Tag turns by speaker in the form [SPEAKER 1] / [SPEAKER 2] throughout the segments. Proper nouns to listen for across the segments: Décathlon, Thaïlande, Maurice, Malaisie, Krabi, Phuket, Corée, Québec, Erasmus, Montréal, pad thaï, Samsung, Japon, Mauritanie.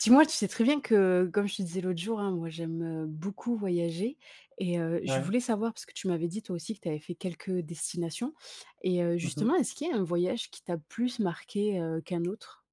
[SPEAKER 1] Dis-moi, tu sais très bien que, comme je te disais l'autre jour, hein, moi j'aime beaucoup voyager et je
[SPEAKER 2] Ouais.
[SPEAKER 1] voulais savoir, parce que tu m'avais dit toi aussi que tu avais fait quelques destinations, et
[SPEAKER 2] Mmh mh.
[SPEAKER 1] justement, est-ce qu'il y a un voyage qui t'a plus marqué qu'un autre?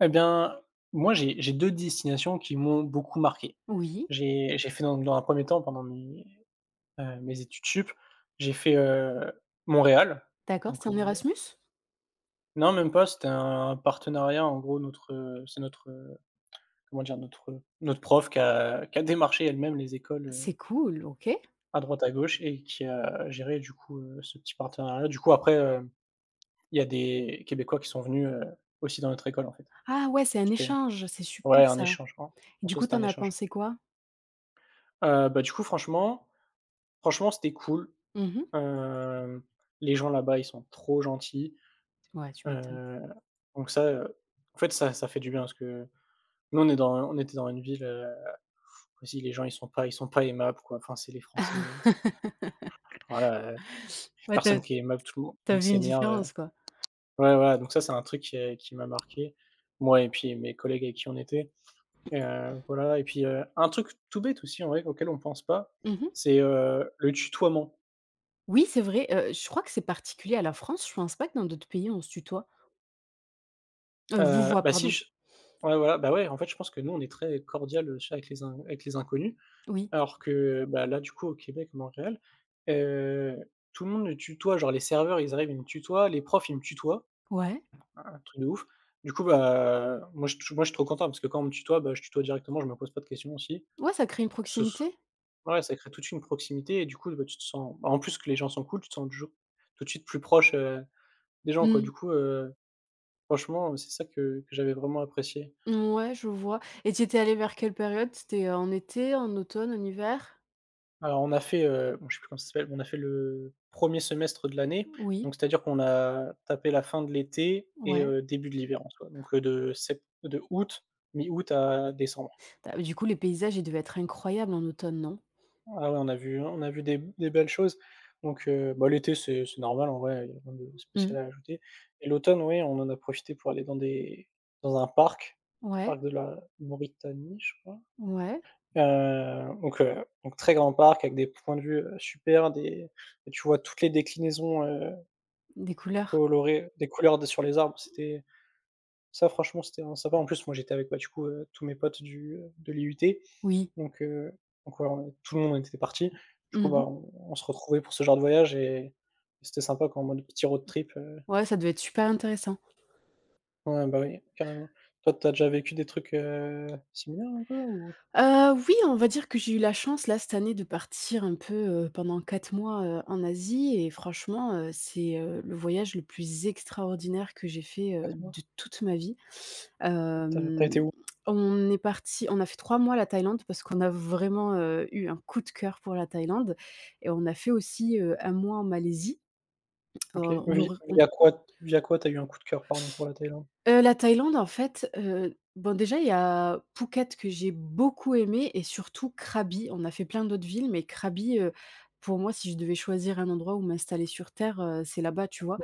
[SPEAKER 2] Eh bien, moi, j'ai 2 destinations qui m'ont beaucoup marqué.
[SPEAKER 1] Oui,
[SPEAKER 2] J'ai fait dans un premier temps, pendant mes études sup, j'ai fait, Montréal,
[SPEAKER 1] d'accord,
[SPEAKER 2] donc
[SPEAKER 1] c'est un
[SPEAKER 2] heu
[SPEAKER 1] Erasmus?
[SPEAKER 2] non, même pas, c'était un partenariat. En gros, c'est comment dire? Notre prof qui a démarché elle-même les écoles,
[SPEAKER 1] C'est cool, ok.
[SPEAKER 2] à droite, à gauche et qui a géré, du coup, ce petit partenariat. Du coup, après, il y a des Québécois qui sont venus, aussi dans notre école, en fait.
[SPEAKER 1] Ah ouais, c'est un
[SPEAKER 2] C'était
[SPEAKER 1] échange, c'est super
[SPEAKER 2] Ouais, un
[SPEAKER 1] ça.
[SPEAKER 2] échange. en
[SPEAKER 1] Et
[SPEAKER 2] en
[SPEAKER 1] du
[SPEAKER 2] soi,
[SPEAKER 1] coup,
[SPEAKER 2] c'était un
[SPEAKER 1] t'en as
[SPEAKER 2] échange.
[SPEAKER 1] pensé quoi?
[SPEAKER 2] Bah, du coup, franchement, c'était cool.
[SPEAKER 1] Mhm.
[SPEAKER 2] Hem, les gens là-bas, ils sont trop gentils.
[SPEAKER 1] Ouais, tu m'étonnes.
[SPEAKER 2] Heu, donc ça, en fait, ça fait du bien parce que nous, on était dans une ville, vas les gens, ils sont pas aimables, quoi. Enfin, c'est les Français, voilà,
[SPEAKER 1] Ouais,
[SPEAKER 2] personne
[SPEAKER 1] t'as,
[SPEAKER 2] qui est aimable, tout le monde tout le
[SPEAKER 1] t'as
[SPEAKER 2] monde
[SPEAKER 1] vu une
[SPEAKER 2] s'énerve,
[SPEAKER 1] différence, quoi.
[SPEAKER 2] ouais, voilà, donc ça, c'est un truc qui m'a marqué, moi et puis mes collègues avec qui on était et voilà et puis, un truc tout bête aussi, en vrai, auquel on pense pas,
[SPEAKER 1] Mhm.
[SPEAKER 2] c'est, le tutoiement.
[SPEAKER 1] Oui, c'est vrai, je crois que c'est particulier à la France, je pense pas que dans d'autres pays on se tutoie. Vous voit,
[SPEAKER 2] Bah, si,
[SPEAKER 1] pardon.
[SPEAKER 2] je Ouais, voilà, bah, ouais, en fait, je pense que nous, on est très cordial, aussi, avec les in avec les inconnus,
[SPEAKER 1] Oui.
[SPEAKER 2] alors que, bah, là, du coup, au Québec, Montréal, heu, tout le monde nous tutoie, genre les serveurs, ils arrivent, ils me tutoient, les profs, ils me tutoient,
[SPEAKER 1] Ouais.
[SPEAKER 2] ah, un truc de ouf. Du coup, bah, moi, je suis trop content parce que quand on me tutoie, bah, je tutoie directement, je me pose pas de questions aussi.
[SPEAKER 1] Ouais, ça crée une
[SPEAKER 2] Ce
[SPEAKER 1] proximité.
[SPEAKER 2] Ouais, ça crée toute une proximité et du coup, bah, tu te sens bah, en plus que les gens sont cool, tu te sens toujours tout de suite plus proche, des gens, quoi. Du
[SPEAKER 1] Mmh.
[SPEAKER 2] coup, franchement, c'est ça que j'avais vraiment apprécié.
[SPEAKER 1] Mouais, je vois et tu étais allée vers quelle période? C'était, en été, en automne, en hiver?
[SPEAKER 2] Alors on a fait, bon je sais plus comment ça s'appelle, on a fait le premier semestre de l'année,
[SPEAKER 1] Oui,
[SPEAKER 2] donc c'est-à-dire qu'on a tapé la fin de l'été et
[SPEAKER 1] ouais.
[SPEAKER 2] début de l'hiver en soi, donc de sept de août, mi-août à décembre.
[SPEAKER 1] Bah, du coup, les paysages, ils devaient être incroyables en automne, non?
[SPEAKER 2] Ah ouais, on a vu des belles choses, donc bah l'été c'est normal en vrai, il y a rien de
[SPEAKER 1] Mmh.
[SPEAKER 2] spécial à ajouter et l'automne, oui, on en a profité pour aller dans un parc,
[SPEAKER 1] Ouais,
[SPEAKER 2] parc de la Mauritanie, je crois?
[SPEAKER 1] ouais,
[SPEAKER 2] Donc très grand parc avec des points de vue, super, des et tu vois toutes les déclinaisons,
[SPEAKER 1] des couleurs.
[SPEAKER 2] colorées des couleurs de sur les arbres, c'était ça franchement, c'était vraiment sympa. En plus, moi j'étais avec, bah, du coup, tous mes potes du, de l'IUT
[SPEAKER 1] Oui.
[SPEAKER 2] donc heu, donc ouais, on tout le monde était parti. Du coup,
[SPEAKER 1] Mmh mh.
[SPEAKER 2] bah, on se retrouvait pour ce genre de voyage et c'était sympa quoi, en mode petit road trip,
[SPEAKER 1] Ouais, ça devait être super intéressant.
[SPEAKER 2] ouais, bah, oui, carrément. Toi, t'as déjà vécu des trucs, similaires un peu ou
[SPEAKER 1] Oui, on va dire que j'ai eu la chance, là, cette année, de partir un peu, pendant 4 mois, en Asie et franchement, c'est, le voyage le plus extraordinaire que j'ai fait,
[SPEAKER 2] pas trop?
[SPEAKER 1] de toute ma vie.
[SPEAKER 2] Tu as été
[SPEAKER 1] Hem,
[SPEAKER 2] où?
[SPEAKER 1] on est parti on a fait 3 mois à la Thaïlande parce qu'on a vraiment, eu un coup de cœur pour la Thaïlande et on a fait aussi, un mois en Malaisie.
[SPEAKER 2] OK.
[SPEAKER 1] On
[SPEAKER 2] Vi
[SPEAKER 1] aurait on
[SPEAKER 2] via quoi tu as eu un coup de cœur, pardon, pour la Thaïlande?
[SPEAKER 1] la Thaïlande en fait, bon déjà il y a Phuket que j'ai beaucoup aimé et surtout Krabi. On a fait plein d'autres villes mais Krabi, pour moi si je devais choisir un endroit où m'installer sur terre, c'est là-bas, tu vois?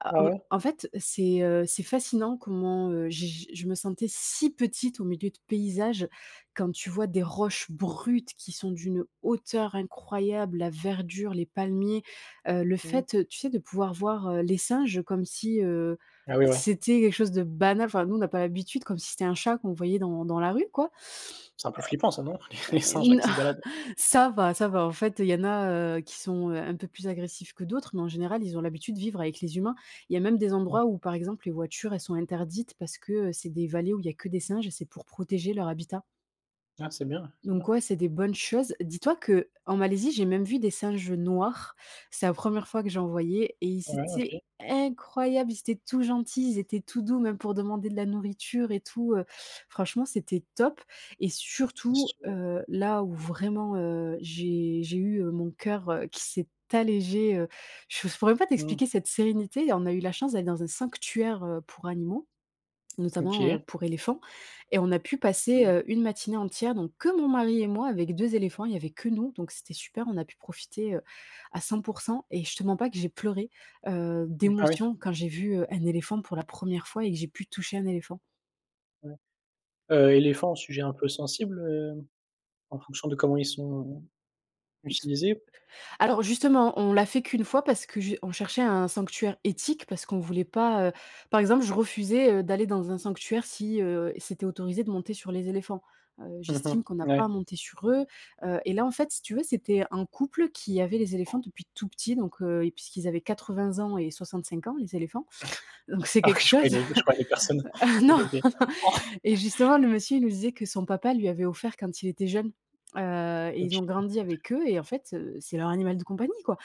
[SPEAKER 1] Ah,
[SPEAKER 2] Ah
[SPEAKER 1] en
[SPEAKER 2] ouais?
[SPEAKER 1] en fait, c'est fascinant comment, j'ai j je me sentais si petite au milieu de paysages. Quand tu vois des roches brutes qui sont d'une hauteur incroyable, la verdure, les palmiers, le
[SPEAKER 2] Mmh.
[SPEAKER 1] fait, tu sais, de pouvoir voir, les singes comme si,
[SPEAKER 2] Ah oui, ouais.
[SPEAKER 1] c'était quelque chose de banal. Enfin, nous, on n'a pas l'habitude, comme si c'était un chat qu'on voyait dans la rue, quoi.
[SPEAKER 2] C'est un peu flippant ça, non? Les singes là qui se baladent.
[SPEAKER 1] Ça va, ça va. En fait, il y en a, qui sont, un peu plus agressifs que d'autres, mais en général, ils ont l'habitude de vivre avec les humains. Il y a même des endroits où,
[SPEAKER 2] OK.
[SPEAKER 1] par exemple, les voitures, elles sont interdites parce que, c'est des vallées où il y a que des singes et c'est pour protéger leur habitat.
[SPEAKER 2] Ah c'est bien, c'est
[SPEAKER 1] Donc
[SPEAKER 2] bien.
[SPEAKER 1] ouais, c'est des bonnes choses. Dis-toi que en Malaisie, j'ai même vu des singes noirs. C'est la première fois que j'en voyais et ils
[SPEAKER 2] Ouais, OK.
[SPEAKER 1] étaient incroyables, ils étaient tout gentils, ils étaient tout doux, même pour demander de la nourriture et tout, franchement, c'était top et
[SPEAKER 2] Si
[SPEAKER 1] surtout,
[SPEAKER 2] tu veux.
[SPEAKER 1] là où vraiment, j'ai eu, mon cœur, qui s'est allégé, je ne pourrais même pas
[SPEAKER 2] Mmh.
[SPEAKER 1] t'expliquer cette sérénité. On a eu la chance d'aller dans un sanctuaire, pour animaux. Notamment,
[SPEAKER 2] OK.
[SPEAKER 1] pour éléphants et on a pu passer,
[SPEAKER 2] Ouais.
[SPEAKER 1] une matinée entière, donc que mon mari et moi avec 2 éléphants, il y avait que nous, donc c'était super, on a pu profiter, à 100%. Et je te mens pas que j'ai pleuré,
[SPEAKER 2] Ah oui.
[SPEAKER 1] d'émotion quand j'ai vu, un éléphant pour la première fois et que j'ai pu toucher un éléphant.
[SPEAKER 2] Éléphant, sujet un peu sensible, en fonction de comment ils sont utilisés?
[SPEAKER 1] Alors justement, on l'a fait qu'une fois parce que ju on cherchait un sanctuaire éthique, parce qu'on voulait pas, par exemple, je refusais, d'aller dans un sanctuaire si, c'était autorisé de monter sur les éléphants.
[SPEAKER 2] Mmh mh.
[SPEAKER 1] J'estime qu'on n'a pas à
[SPEAKER 2] Ouais.
[SPEAKER 1] monter sur eux, et là, en fait, si tu veux, c'était un couple qui avait les éléphants depuis tout petit, donc et puisqu'ils avaient 80 ans et 65 ans, les éléphants, donc c'est
[SPEAKER 2] Ah oui,
[SPEAKER 1] quelque
[SPEAKER 2] je
[SPEAKER 1] chose.
[SPEAKER 2] croyais les je croyais les personnes.
[SPEAKER 1] Ah,
[SPEAKER 2] OK,
[SPEAKER 1] non
[SPEAKER 2] OK.
[SPEAKER 1] et justement, le monsieur, il nous disait que son papa lui avait offert quand il était jeune, et ils ont
[SPEAKER 2] OK.
[SPEAKER 1] grandi avec eux et en fait, c'est leur animal de compagnie, quoi.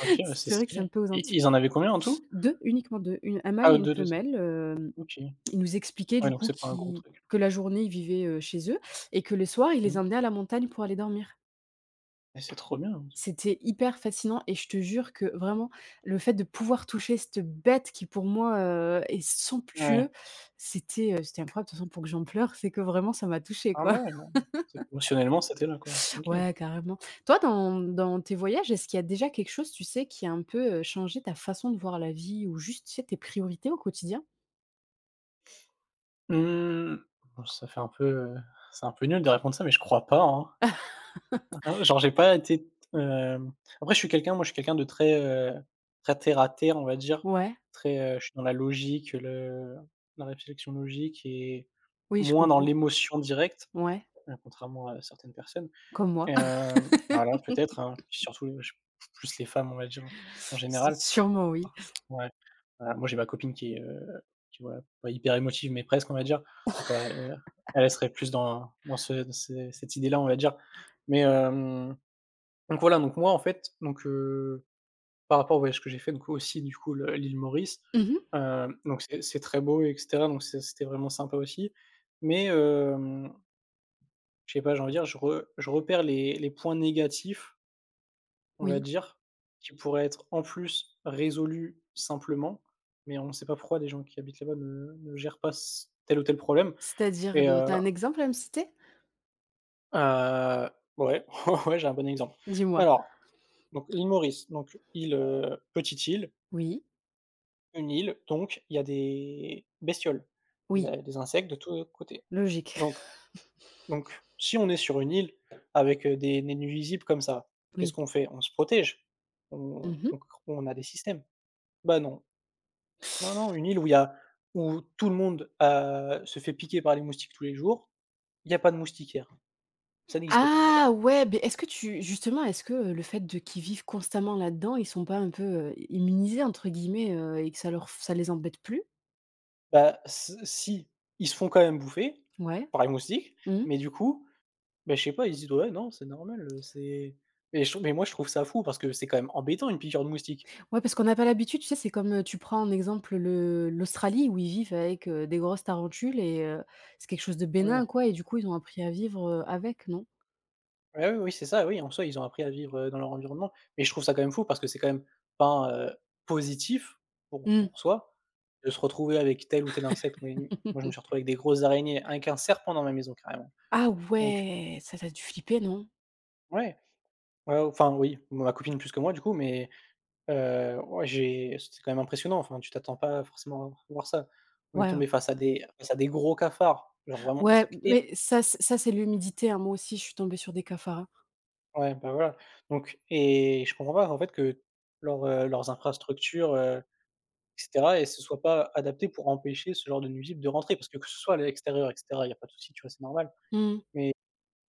[SPEAKER 2] OK, ouais, c'est
[SPEAKER 1] C'est vrai que c'est un
[SPEAKER 2] stylé.
[SPEAKER 1] peu aux
[SPEAKER 2] Et
[SPEAKER 1] antipodes,
[SPEAKER 2] ils en avaient combien en tout?
[SPEAKER 1] 2, uniquement 2, une un mâle
[SPEAKER 2] Ah,
[SPEAKER 1] et une
[SPEAKER 2] deux, deux.
[SPEAKER 1] femelle,
[SPEAKER 2] OK.
[SPEAKER 1] ils nous expliquaient
[SPEAKER 2] Ouais,
[SPEAKER 1] du
[SPEAKER 2] donc
[SPEAKER 1] coup
[SPEAKER 2] c'est pas un gros
[SPEAKER 1] qui
[SPEAKER 2] truc.
[SPEAKER 1] que la journée, ils vivaient, chez eux et que le soir, ils les
[SPEAKER 2] Mmh.
[SPEAKER 1] emmenaient à la montagne pour aller dormir.
[SPEAKER 2] Mais c'est trop bien.
[SPEAKER 1] C'était hyper fascinant et je te jure que vraiment le fait de pouvoir toucher cette bête qui pour moi, est
[SPEAKER 2] Ouais.
[SPEAKER 1] somptueux, c'était, c'était incroyable. De toute façon, pour que j'en pleure, c'est que vraiment ça m'a touchée,
[SPEAKER 2] Ah
[SPEAKER 1] quoi.
[SPEAKER 2] bah ouais, non, c'est qu'émotionnellement, c'était là, quoi. OK.
[SPEAKER 1] Ouais, carrément. Toi, dans tes voyages, est-ce qu'il y a déjà quelque chose, tu sais, qui a un peu, changé ta façon de voir la vie ou juste, tu sais, tes priorités au quotidien?
[SPEAKER 2] Mmh, bon, ça fait un peu, c'est un peu nul de répondre ça, mais je crois pas, hein. Hein, genre j'ai pas été, hem après je suis quelqu'un moi je suis quelqu'un de très, très terre à terre, on va dire.
[SPEAKER 1] Ouais,
[SPEAKER 2] Je suis dans la logique, le la réflexion logique et
[SPEAKER 1] oui, je
[SPEAKER 2] moins dans
[SPEAKER 1] comprends.
[SPEAKER 2] l'émotion directe,
[SPEAKER 1] Ouais,
[SPEAKER 2] contrairement à certaines personnes.
[SPEAKER 1] comme moi.
[SPEAKER 2] Voilà peut-être, hein, puis surtout, j plus les femmes, on va dire, en
[SPEAKER 1] S
[SPEAKER 2] général.
[SPEAKER 1] sûrement oui.
[SPEAKER 2] Ouais. Moi j'ai ma copine qui est, tu vois, pas hyper émotive, mais presque on va dire. Donc voilà, elle serait plus dans dans ce cette idée-là, on va dire. Mais donc voilà, donc moi en fait, donc par rapport au voyage que j'ai fait, donc aussi du coup le l'île Maurice,
[SPEAKER 1] Mmh
[SPEAKER 2] donc c'est très beau et cetera, donc c'était vraiment sympa aussi. Mais je sais pas, j'ai envie de dire, je repère les points négatifs on va
[SPEAKER 1] oui.
[SPEAKER 2] dire, qui pourrait être en plus résolu simplement, mais on ne sait pas pourquoi les gens qui habitent là-bas ne gèrent pas c tel ou tel problème
[SPEAKER 1] C'est-à-dire
[SPEAKER 2] et
[SPEAKER 1] de tu
[SPEAKER 2] heu
[SPEAKER 1] un exemple à me citer?
[SPEAKER 2] heu, ouais, ouais, j'ai un bon exemple.
[SPEAKER 1] Dis-moi.
[SPEAKER 2] Alors, donc l'île Maurice, donc île, petite île,
[SPEAKER 1] Oui,
[SPEAKER 2] une île, donc il y a des bestioles, des
[SPEAKER 1] oui,
[SPEAKER 2] a des insectes de tous côtés.
[SPEAKER 1] logique.
[SPEAKER 2] Donc donc si on est sur une île avec, des nuisibles comme ça, qu'est-ce
[SPEAKER 1] Oui.
[SPEAKER 2] qu'on fait? On se protège, on
[SPEAKER 1] Mmh.
[SPEAKER 2] on on a des systèmes. Bah non, non, non, une île où il y a où tout le monde, se fait piquer par les moustiques tous les jours, il y a pas de moustiquaires, ça n'existe pas là-bas.
[SPEAKER 1] Ah ouais, beh, est-ce que tu justement, est-ce que, le fait de qu'ils vivent constamment là-dedans, ils sont pas un peu, «immunisés» entre guillemets, et que ça leur ça les embête plus?
[SPEAKER 2] Bah, s si, ils se font quand même bouffer
[SPEAKER 1] Ouais.
[SPEAKER 2] par les moustiques,
[SPEAKER 1] Mmh.
[SPEAKER 2] mais du coup, bah, je sais pas, ils se disent: «Ouais, non, c'est normal, c'est» mais je mais moi, je trouve ça fou parce que c'est quand même embêtant une piqûre de moustique.
[SPEAKER 1] Ouais, parce qu'on n'a pas l'habitude, tu sais, c'est comme, tu prends en exemple le l'Australie où ils vivent avec, des grosses tarentules et c'est quelque chose de
[SPEAKER 2] Ouais.
[SPEAKER 1] bénin, quoi et du coup, ils ont appris à vivre, avec, non?
[SPEAKER 2] Ouais, oui, oui, c'est ça, oui, en soi, ils ont appris à vivre, dans leur environnement. Mais je trouve ça quand même fou parce que c'est quand même pas, positif pour
[SPEAKER 1] Mmh.
[SPEAKER 2] pour soi de se retrouver avec tel ou tel insecte. Mais moi, je me suis retrouvé avec des grosses araignées, avec un serpent dans ma maison carrément.
[SPEAKER 1] Ah
[SPEAKER 2] Donc
[SPEAKER 1] ouais! Ça, t'a dû flipper, non?
[SPEAKER 2] ouais, ouais, enfin oui, ma copine plus que moi du coup, mais ouais, j'ai c'était quand même impressionnant. Enfin, tu t'attends pas forcément à voir ça. On est
[SPEAKER 1] Ouais,
[SPEAKER 2] tombé face à des gros cafards, genre vraiment des
[SPEAKER 1] ouais,
[SPEAKER 2] trucs é
[SPEAKER 1] mais ça, c'est l'humidité, hein. Moi aussi, je suis tombée sur des cafards, hein.
[SPEAKER 2] ouais, bah, voilà. Donc et je comprends pas en fait que leurs infrastructures, et cetera et ce soit pas adapté pour empêcher ce genre de nuisible de rentrer. Parce que ce soit à l'extérieur et cetera, il y a pas de souci, tu vois? C'est normal.
[SPEAKER 1] Mmh
[SPEAKER 2] Mais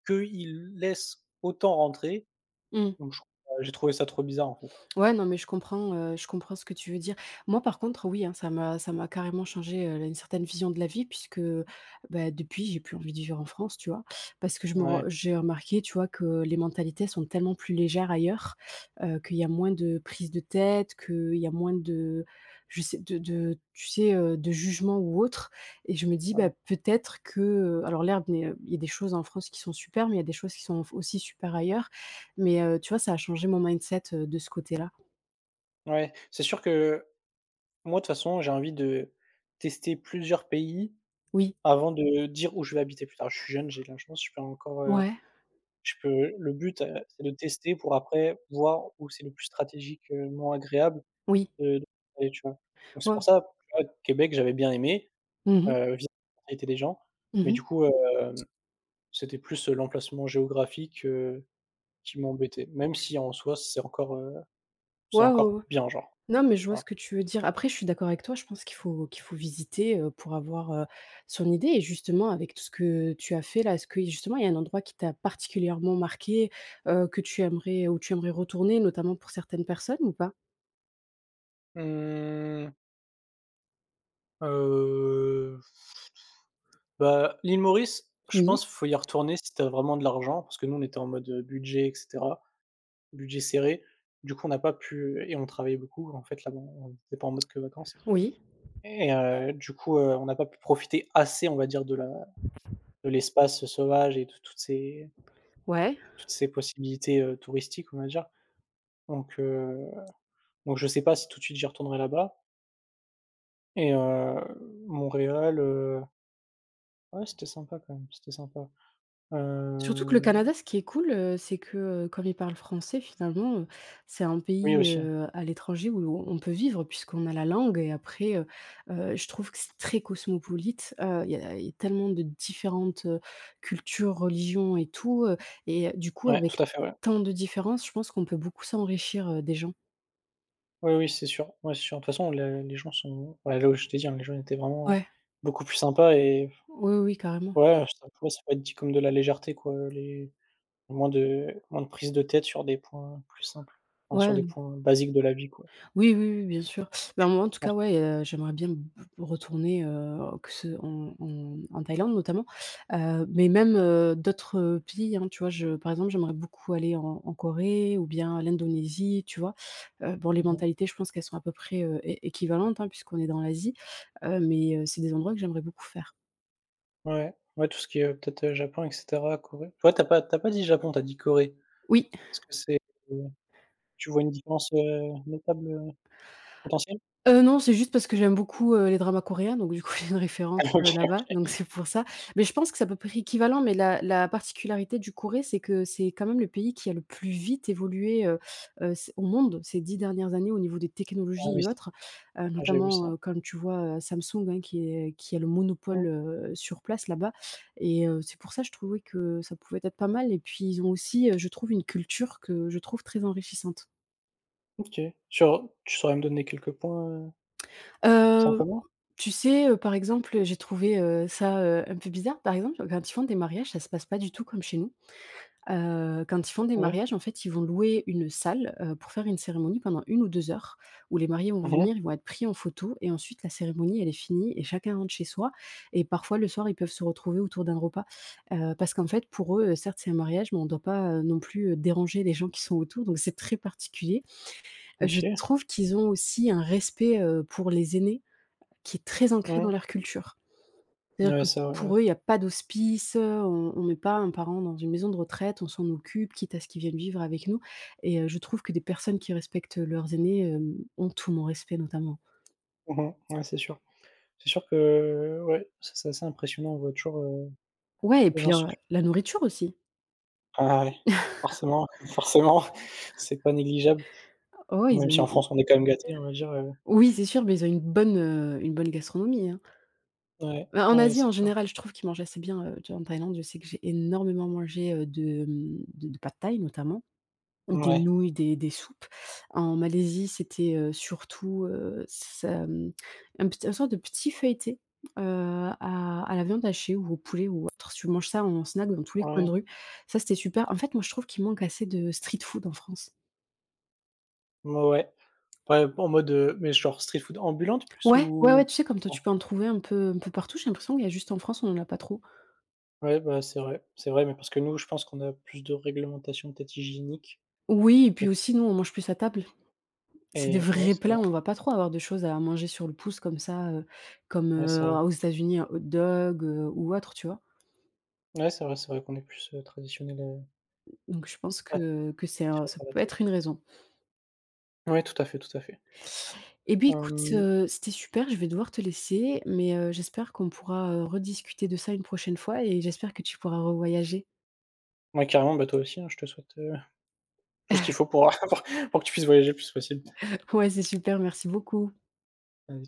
[SPEAKER 2] qu'ils laissent autant rentrer,
[SPEAKER 1] mh.
[SPEAKER 2] donc je j'ai trouvé ça trop bizarre, en fait.
[SPEAKER 1] Ouais, non, mais je comprends ce que tu veux dire. Moi, par contre, oui, hein, ça m'a carrément changé, une certaine vision de la vie puisque, bah, depuis, j'ai plus envie de vivre en France, tu vois? Parce que je me re
[SPEAKER 2] Ouais,
[SPEAKER 1] j'ai remarqué, tu vois, que les mentalités sont tellement plus légères ailleurs, qu'il y a moins de prise de tête, qu'il y a moins de je sais de tu sais, de jugement ou autre et je me dis, bah,
[SPEAKER 2] ouais,
[SPEAKER 1] peut-être que, alors l'herbe n'est, il y a des choses en France qui sont super, mais il y a des choses qui sont aussi super ailleurs. Mais, tu vois, ça a changé mon mindset, de ce côté-là.
[SPEAKER 2] ouais. C'est sûr que moi, de toute façon, j'ai envie de tester plusieurs pays
[SPEAKER 1] Oui,
[SPEAKER 2] avant de dire où je vais habiter plus tard. Je suis jeune, j'ai de la chance, je peux encore,
[SPEAKER 1] ouais,
[SPEAKER 2] je peux le but, c'est de tester pour après voir où c'est le plus stratégiquement agréable
[SPEAKER 1] oui,
[SPEAKER 2] de de- d'aller, tu vois? Donc c'est
[SPEAKER 1] ouais.
[SPEAKER 2] pour ça, tu vois, Québec, j'avais bien aimé.
[SPEAKER 1] Mhm, mhm,
[SPEAKER 2] Via la mentalité des gens. Mais
[SPEAKER 1] mmh.
[SPEAKER 2] du coup, c'était plus, l'emplacement géographique, qui m'embêtait. Même si en soi, c'est encore, heu, c'est
[SPEAKER 1] Ouais, ouais, ouais.
[SPEAKER 2] encore bien, genre,
[SPEAKER 1] Non, mais je
[SPEAKER 2] tu
[SPEAKER 1] vois ce
[SPEAKER 2] vois?
[SPEAKER 1] que tu veux dire. Après, je suis d'accord avec toi, je pense qu'il faut visiter, pour avoir, son idée et justement avec tout ce que tu as fait là, est-ce que justement il y a un endroit qui t'a particulièrement marqué, que tu aimerais où tu aimerais retourner notamment pour certaines personnes ou pas?
[SPEAKER 2] Mmh, heu, Bah, l'île Maurice, je
[SPEAKER 1] Oui,
[SPEAKER 2] pense, faut y retourner si tu as vraiment de l'argent, parce que nous, on était en mode, budget et cetera, budget serré. Du coup, on n'a pas pu et on travaillait beaucoup, en fait, là-bas, on était pas en mode que vacances
[SPEAKER 1] oui,
[SPEAKER 2] et du coup, on n'a pas pu profiter assez, on va dire, de l'espace sauvage et de toutes ces
[SPEAKER 1] ouais.
[SPEAKER 2] Toutes ces possibilités, touristiques, on va dire. Donc heu, donc je sais pas si tout de suite j'y retournerai là-bas et Montréal, ouais, c'était sympa quand même, c'était sympa.
[SPEAKER 1] Surtout que le
[SPEAKER 2] Heu,
[SPEAKER 1] Canada, ce qui est cool, c'est que, comme ils parlent français finalement, c'est un
[SPEAKER 2] oui
[SPEAKER 1] pays,
[SPEAKER 2] aussi, hein.
[SPEAKER 1] à l'étranger où on peut vivre puisqu'on a la langue et après, je trouve que c'est très cosmopolite. Il y a tellement de différentes, cultures, religions et tout, et du coup
[SPEAKER 2] Ouais, tout
[SPEAKER 1] avec
[SPEAKER 2] à fait, ouais.
[SPEAKER 1] tant de différences, je pense qu'on peut beaucoup s'enrichir, des gens.
[SPEAKER 2] Oui, oui, c'est sûr, ouais, c'est sûr. De toute façon, les gens sont ouais, là où je t'ai dit, hein, les gens étaient vraiment, ouais,
[SPEAKER 1] Ouais,
[SPEAKER 2] beaucoup plus sympas et
[SPEAKER 1] oui, oui, carrément.
[SPEAKER 2] ouais, ouais, ça peut être dit comme de la légèreté, quoi, les moins de prise de tête sur des points plus simples, enfin sur des
[SPEAKER 1] Ouais.
[SPEAKER 2] points basiques de la vie, quoi,
[SPEAKER 1] Oui, oui, oui, bien sûr. Ben,
[SPEAKER 2] je
[SPEAKER 1] moi, en tout cas,
[SPEAKER 2] pense.
[SPEAKER 1] ouais, j'aimerais bien b retourner, que ce en Thaïlande notamment, mais même, d'autres, pays, hein, tu vois? Je par exemple, j'aimerais beaucoup aller en Corée ou bien à l'Indonésie, tu vois? Bon, les
[SPEAKER 2] Mmh.
[SPEAKER 1] mentalités, je pense qu'elles sont à peu près, é équivalentes, hein, puisqu'on est dans l'Asie, mais c'est des endroits que j'aimerais beaucoup faire.
[SPEAKER 2] Ouais, ouais, tout ce qui est, peut-être, Japon et cetera, Corée. Ouais, t'as pas dit Japon, t'as dit Corée. Est-ce
[SPEAKER 1] Oui.
[SPEAKER 2] que c'est, heu, tu vois une différence, notable, potentielle?
[SPEAKER 1] Non, c'est juste parce que j'aime beaucoup, les dramas coréens, donc du coup, j'ai une référence,
[SPEAKER 2] Ah OK,
[SPEAKER 1] là-bas,
[SPEAKER 2] OK.
[SPEAKER 1] donc c'est pour ça. Mais je pense que c'est à peu près équivalent, mais la particularité du Corée, c'est que c'est quand même le pays qui a le plus vite évolué, c au monde ces 10 dernières années au niveau des
[SPEAKER 2] Ah
[SPEAKER 1] technologies
[SPEAKER 2] oui,
[SPEAKER 1] et
[SPEAKER 2] ça,
[SPEAKER 1] autres,
[SPEAKER 2] ah j'ai vu ça.
[SPEAKER 1] notamment, comme tu vois, Samsung, hein, qui a le
[SPEAKER 2] Mmh,
[SPEAKER 1] monopole, sur place là-bas et c'est pour ça je trouvais que ça pouvait être pas mal et puis ils ont aussi, je trouve une culture que je trouve très enrichissante.
[SPEAKER 2] OK. Sur tu saurais me donner quelques points, sans
[SPEAKER 1] Heu,
[SPEAKER 2] commun?
[SPEAKER 1] tu sais, par exemple, j'ai trouvé, ça, un peu bizarre. Par exemple, quand ils font des mariages, ça se passe pas du tout comme chez nous. Quand ils font des
[SPEAKER 2] Ouais.
[SPEAKER 1] mariages, en fait, ils vont louer une salle, pour faire une cérémonie pendant une ou 2 heures où les mariés vont
[SPEAKER 2] Mmh,
[SPEAKER 1] venir, ils vont être pris en photo et ensuite la cérémonie, elle est finie et chacun rentre chez soi et parfois le soir, ils peuvent se retrouver autour d'un repas. Parce qu'en fait, pour eux, certes, c'est un mariage, mais on ne doit pas, non plus, déranger les gens qui sont autour donc c'est très particulier. Je
[SPEAKER 2] OK.
[SPEAKER 1] trouve qu'ils ont aussi un respect, pour les aînés. Qui est très ancré dans
[SPEAKER 2] Mmh.
[SPEAKER 1] leur culture. C'est-à-dire
[SPEAKER 2] Ouais,
[SPEAKER 1] que
[SPEAKER 2] ça, ouais. Ouais.
[SPEAKER 1] pour eux, il n'y a pas d'hospice, on met pas un parent dans une maison de retraite, on s'en occupe, quitte à ce qu'ils viennent vivre avec nous et je trouve que des personnes qui respectent leurs aînés, ont tout mon respect notamment.
[SPEAKER 2] Mmh mh. Ouais, c'est sûr. C'est sûr que, ouais, ça c'est assez impressionnant, on voit toujours,
[SPEAKER 1] Ouais et
[SPEAKER 2] les
[SPEAKER 1] puis
[SPEAKER 2] gens
[SPEAKER 1] la
[SPEAKER 2] s'occupent
[SPEAKER 1] la nourriture aussi.
[SPEAKER 2] ah ouais, forcément, forcément, c'est pas négligeable.
[SPEAKER 1] Oh ouais, ils
[SPEAKER 2] Même
[SPEAKER 1] ont
[SPEAKER 2] si en
[SPEAKER 1] une
[SPEAKER 2] France, on est quand même gâté, on va dire,
[SPEAKER 1] oui, c'est sûr, mais ils ont une bonne gastronomie, hein.
[SPEAKER 2] ouais,
[SPEAKER 1] Bah, en
[SPEAKER 2] ouais,
[SPEAKER 1] Asie,
[SPEAKER 2] c'est
[SPEAKER 1] en
[SPEAKER 2] clair.
[SPEAKER 1] général, je trouve qu'ils mangent assez bien, tu vois, en Thaïlande, je sais que j'ai énormément mangé, de, mmh, de pad thaï notamment. Des
[SPEAKER 2] Ouais,
[SPEAKER 1] nouilles, des soupes. En Malaisie, c'était, surtout, ça, mmh, un petit une sorte de petit feuilleté, heu, à la viande hachée ou au poulet ou autre. Tu manges ça en snack dans tous les coins
[SPEAKER 2] ouais,
[SPEAKER 1] de rue. Ça, c'était super. En fait, moi, je trouve qu'il manque assez de street food en France.
[SPEAKER 2] ouais, ouais, en mode, mais genre street food ambulante plus
[SPEAKER 1] Ouais, ouais,
[SPEAKER 2] ou?
[SPEAKER 1] ouais, tu sais, comme toi,
[SPEAKER 2] Ouais,
[SPEAKER 1] tu peux en trouver un peu partout. J'ai l'impression qu'il y a juste en France, on en a pas trop.
[SPEAKER 2] ouais, bah, c'est vrai, mais parce que nous, je pense qu'on a plus de réglementation peut-être hygiénique,
[SPEAKER 1] Oui et
[SPEAKER 2] peut
[SPEAKER 1] puis aussi, nous, on mange plus à table. C'est des
[SPEAKER 2] et ouais,
[SPEAKER 1] vrais
[SPEAKER 2] c'est vrai,
[SPEAKER 1] plats, on va pas trop avoir de choses à manger sur le pouce comme ça, comme,
[SPEAKER 2] ouais, c'est vrai,
[SPEAKER 1] aux États-Unis, un hot dog, ou autre, tu vois?
[SPEAKER 2] ouais, c'est vrai qu'on est plus, traditionnels,
[SPEAKER 1] Donc je pense
[SPEAKER 2] heu,
[SPEAKER 1] que c'est un
[SPEAKER 2] attirés
[SPEAKER 1] ça
[SPEAKER 2] par la
[SPEAKER 1] peut
[SPEAKER 2] télé.
[SPEAKER 1] être une raison.
[SPEAKER 2] Ouais, tout à fait, tout à fait.
[SPEAKER 1] Eh bien écoute,
[SPEAKER 2] Hem,
[SPEAKER 1] c'était super, je vais devoir te laisser, mais j'espère qu'on pourra, rediscuter de ça une prochaine fois et j'espère que tu pourras revoyager.
[SPEAKER 2] ouais, carrément, bah, toi aussi, hein, je te souhaite, tout ce qu'il faut pour pour que tu puisses voyager le plus possible.
[SPEAKER 1] Ouais, c'est super, merci beaucoup.
[SPEAKER 2] Allez.